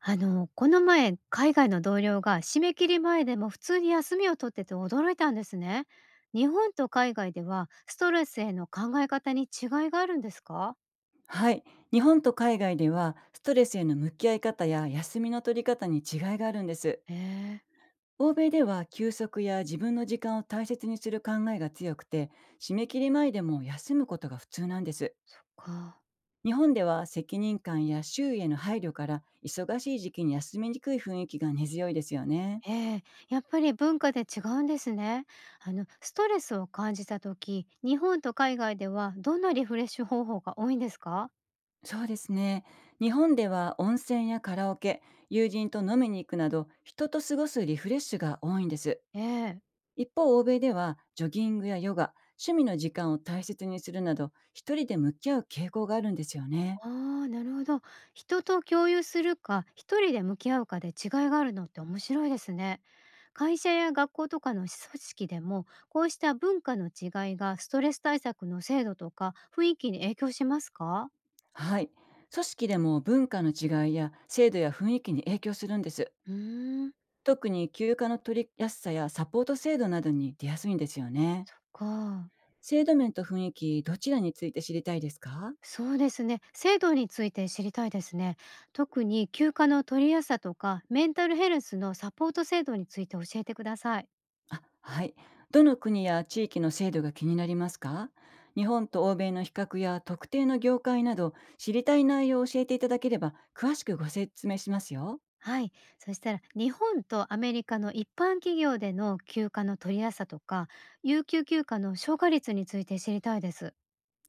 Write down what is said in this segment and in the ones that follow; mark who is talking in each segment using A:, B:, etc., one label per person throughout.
A: この前、海外の同僚が締め切り前でも普通に休みを取ってて驚いたんですね。日本と海外ではストレスへの考え方に違いがあるんですか？
B: はい。日本と海外ではストレスへの向き合い方や休みの取り方に違いがあるんです。
A: えー、
B: 欧米では休息や自分の時間を大切にする考えが強くて、締め切り前でも休むことが普通なんです。
A: そっか。
B: 日本では責任感や周囲への配慮から忙しい時期に休みにくい雰囲気が根強いですよね。
A: ええ。やっぱり文化で違うんですね。ストレスを感じた時、日本と海外ではどんなリフレッシュ方法が多いんですか？
B: そうですね。日本では温泉やカラオケ、友人と飲みに行くなど人と過ごすリフレッシュが多いんです。
A: ええ。
B: 一方、欧米ではジョギングやヨガ、趣味の時間を大切にするなど、一人で向き合う傾向があるんですよね。
A: ああ、なるほど。人と共有するか、一人で向き合うかで違いがあるのって面白いですね。会社や学校とかの組織でも、こうした文化の違いがストレス対策の制度とか雰囲気に影響しますか？
B: はい。組織でも文化の違いや制度や雰囲気に影響するんです。
A: うーん、
B: 特に休暇の取りやすさやサポート制度などに出やすいんですよね。
A: そっか。
B: 制度面と雰囲気、どちらについて知りたいですか？
A: そうですね。制度について知りたいですね。特に休暇の取りやすさとか、メンタルヘルスのサポート制度について教えてください。
B: あ、はい。どの国や地域の制度が気になりますか？日本と欧米の比較や特定の業界など、知りたい内容を教えていただければ詳しくご説明しますよ。
A: はい。そしたら、日本とアメリカの一般企業での休暇の取りやすさとか、有給休暇の消化率について知りたいです。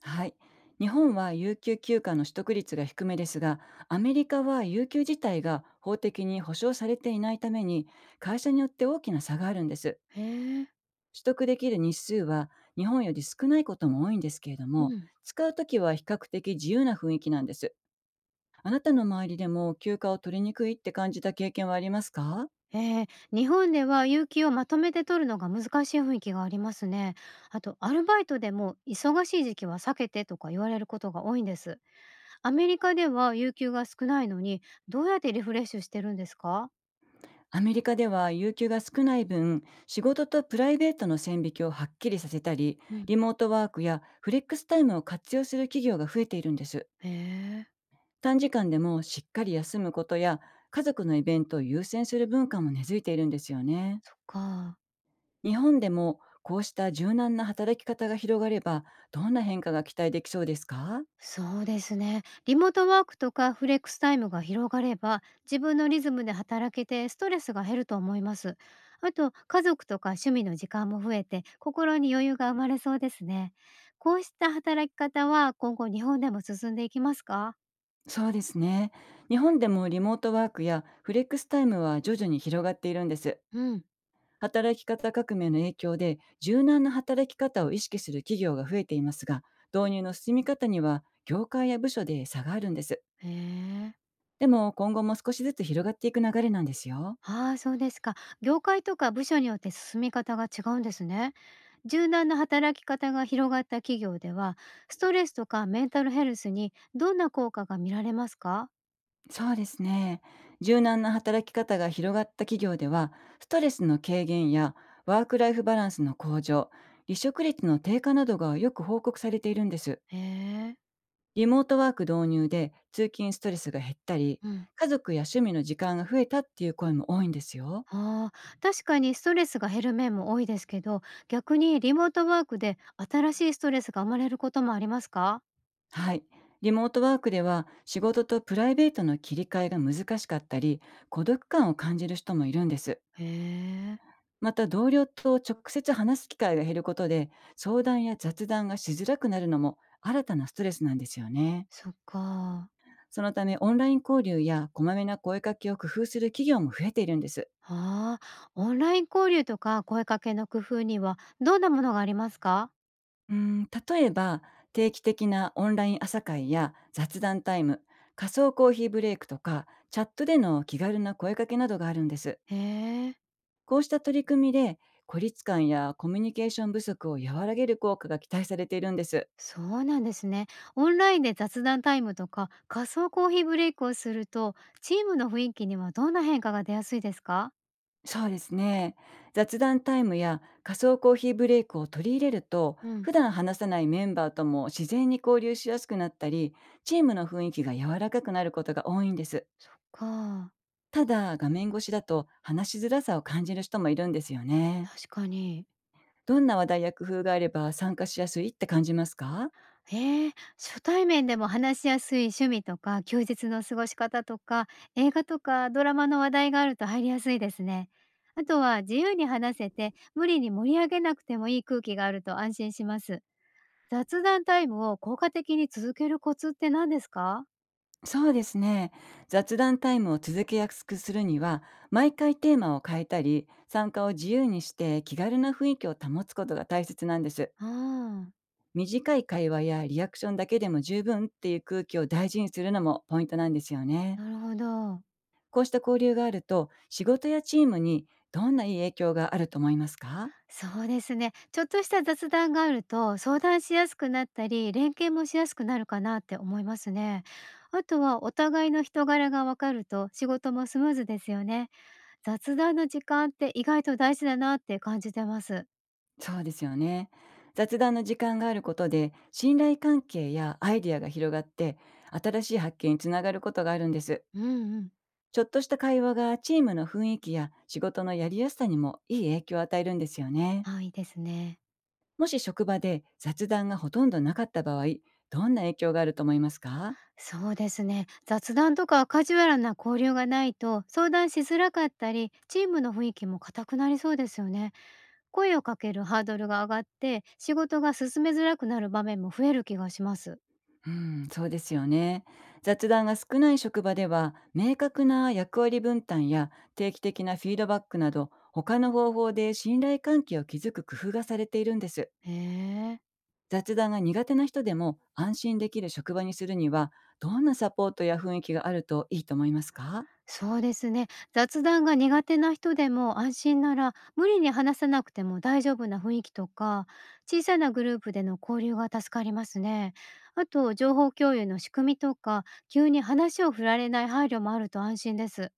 B: はい。日本は有給休暇の取得率が低めですが、アメリカは有給自体が法的に保障されていないために、会社によって大きな差があるんです。
A: へえ。
B: 取得できる日数は日本より少ないことも多いんですけれど
A: う
B: も、
A: ん。
B: 使うときは比較的自由な雰囲気なんです。あなたの周りでも休暇を取りにくいって感じた経験はありますか？
A: えー、日本では有給をまとめて取るのが難しい雰囲気がありますね。あと、アルバイトでも忙しい時期は避けてとか言われることが多いんです。アメリカでは有給が少ないのに、どうやってリフレッシュしてるんですか？
B: アメリカでは有給が少ない分、仕事とプライベートの線引きをはっきりさせたり、
A: うん。
B: リモートワークやフレックスタイムを活用する企業が増えているんです。
A: へえ。
B: 短時間でもしっかり休むことや、家族のイベントを優先する文化も根付いているんですよね。
A: そっか。
B: 日本でもこうした柔軟な働き方が広がれば、どんな変化が期待できそうですか？
A: そうですね。リモートワークとかフレックスタイムが広がれば、自分のリズムで働けてストレスが減ると思います。あと、家族とか趣味の時間も増えて、心に余裕が生まれそうですね。こうした働き方は今後日本でも進んでいきますか？
B: そうですね。日本でもリモートワークやフレックスタイムは徐々に広がっているんです。
A: うん。
B: 働き方革命の影響で柔軟な働き方を意識する企業が増えていますが、導入の進み方には業界や部署で差があるんです。
A: へえ。
B: でも今後も少しずつ広がっていく流れなんですよ。
A: ああ、そうですか。業界とか部署によって進み方が違うんですね。柔軟な働き方が広がった企業では、ストレスとかメンタルヘルスにどんな効果が見られますか？
B: そうですね。柔軟な働き方が広がった企業では、ストレスの軽減やワークライフバランスの向上、離職率の低下などがよく報告されているんです。
A: へえ、
B: リモートワーク導入で通勤ストレスが減ったり、
A: うん。
B: 家族や趣味の時間が増えたっていう声も多いんですよ。
A: ああ、確かにストレスが減る面も多いですけど、逆にリモートワークで新しいストレスが生まれることもありますか？
B: はい。リモートワークでは仕事とプライベートの切り替えが難しかったり、孤独感を感じる人もいるんです。
A: へえ、
B: また同僚と直接話す機会が減ることで、相談や雑談がしづらくなるのも新たなストレスなんですよね。
A: そっか。
B: そのためオンライン交流やこまめな声かけを工夫する企業も増えているんです。
A: ああ、オンライン交流とか声かけの工夫にはどんなものがありますか？
B: うん、例えば定期的なオンライン朝会や雑談タイム、仮想コーヒーブレイクとかチャットでの気軽な声かけなどがあるんです。
A: へえ、
B: こうした取り組みで孤立感やコミュニケーション不足を和らげる効果が期待されているんです。
A: そうなんですね。オンラインで雑談タイムとか仮想コーヒーブレイクをすると、チームの雰囲気にはどんな変化が出やすいですか？
B: そうですね。雑談タイムや仮想コーヒーブレイクを取り入れると、
A: うん、
B: 普段話さないメンバーとも自然に交流しやすくなったり、チームの雰囲気が柔らかくなることが多いんです。
A: そっか、
B: ただ、画面越しだと話しづらさを感じる人もいるんですよね。
A: 確かに。
B: どんな話題や工夫があれば参加しやすいって感じますか？
A: へえ、初対面でも話しやすい趣味とか、休日の過ごし方とか、映画とかドラマの話題があると入りやすいですね。あとは自由に話せて、無理に盛り上げなくてもいい空気があると安心します。雑談タイムを効果的に続けるコツって何ですか？
B: そうですね。雑談タイムを続けやすくするには、毎回テーマを変えたり、参加を自由にして気軽な雰囲気を保つことが大切なんです。
A: ああ、
B: 短い会話やリアクションだけでも十分っていう空気を大事にするのもポイントなんですよね。
A: なるほど。
B: こうした交流があると、仕事やチームにどんないい影響があると思いますか？
A: そうですね。ちょっとした雑談があると相談しやすくなったり、連携もしやすくなるかなって思いますね。あとはお互いの人柄がわかると仕事もスムーズですよね。雑談の時間って意外と大事だなって感じてます。
B: そうですよね。雑談の時間があることで、信頼関係やアイディアが広がって、新しい発見につながることがあるんです。
A: うんうん。
B: ちょっとした会話がチームの雰囲気や仕事のやりやすさにもいい影響を与えるんですよね。
A: あ、いいですね。
B: もし職場で雑談がほとんどなかった場合、どんな影響があると思いますか？
A: そうですね。雑談とかカジュアルな交流がないと相談しづらかったり、チームの雰囲気も硬くなりそうですよね。声をかけるハードルが上がって、仕事が進めづらくなる場面も増える気がします。
B: うん、そうですよね。雑談が少ない職場では、明確な役割分担や定期的なフィードバックなど、他の方法で信頼関係を築く工夫がされているんです。
A: へえ。
B: 雑談が苦手な人でも安心できる職場にするには、どんなサポートや雰囲気があるといいと思いますか？
A: そうですね。雑談が苦手な人でも安心なら、無理に話さなくても大丈夫な雰囲気とか、小さなグループでの交流が助かりますね。あと、情報共有の仕組みとか、急に話を振られない配慮もあると安心です。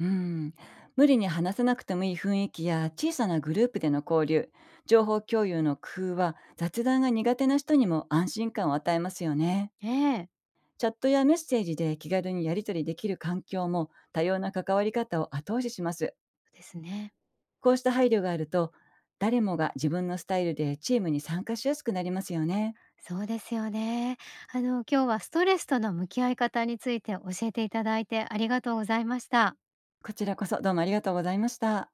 B: うん、無理に話さなくてもいい雰囲気や小さなグループでの交流、情報共有の工夫は雑談が苦手な人にも安心感を与えますよね。
A: ええ。
B: チャットやメッセージで気軽にやり取りできる環境も多様な関わり方を後押しします。
A: そうですね。
B: こうした配慮があると、誰もが自分のスタイルでチームに参加しやすくなりますよね。
A: そうですよね。今日はストレスとの向き合い方について教えていただいてありがとうございました。
B: こちらこそどうもありがとうございました。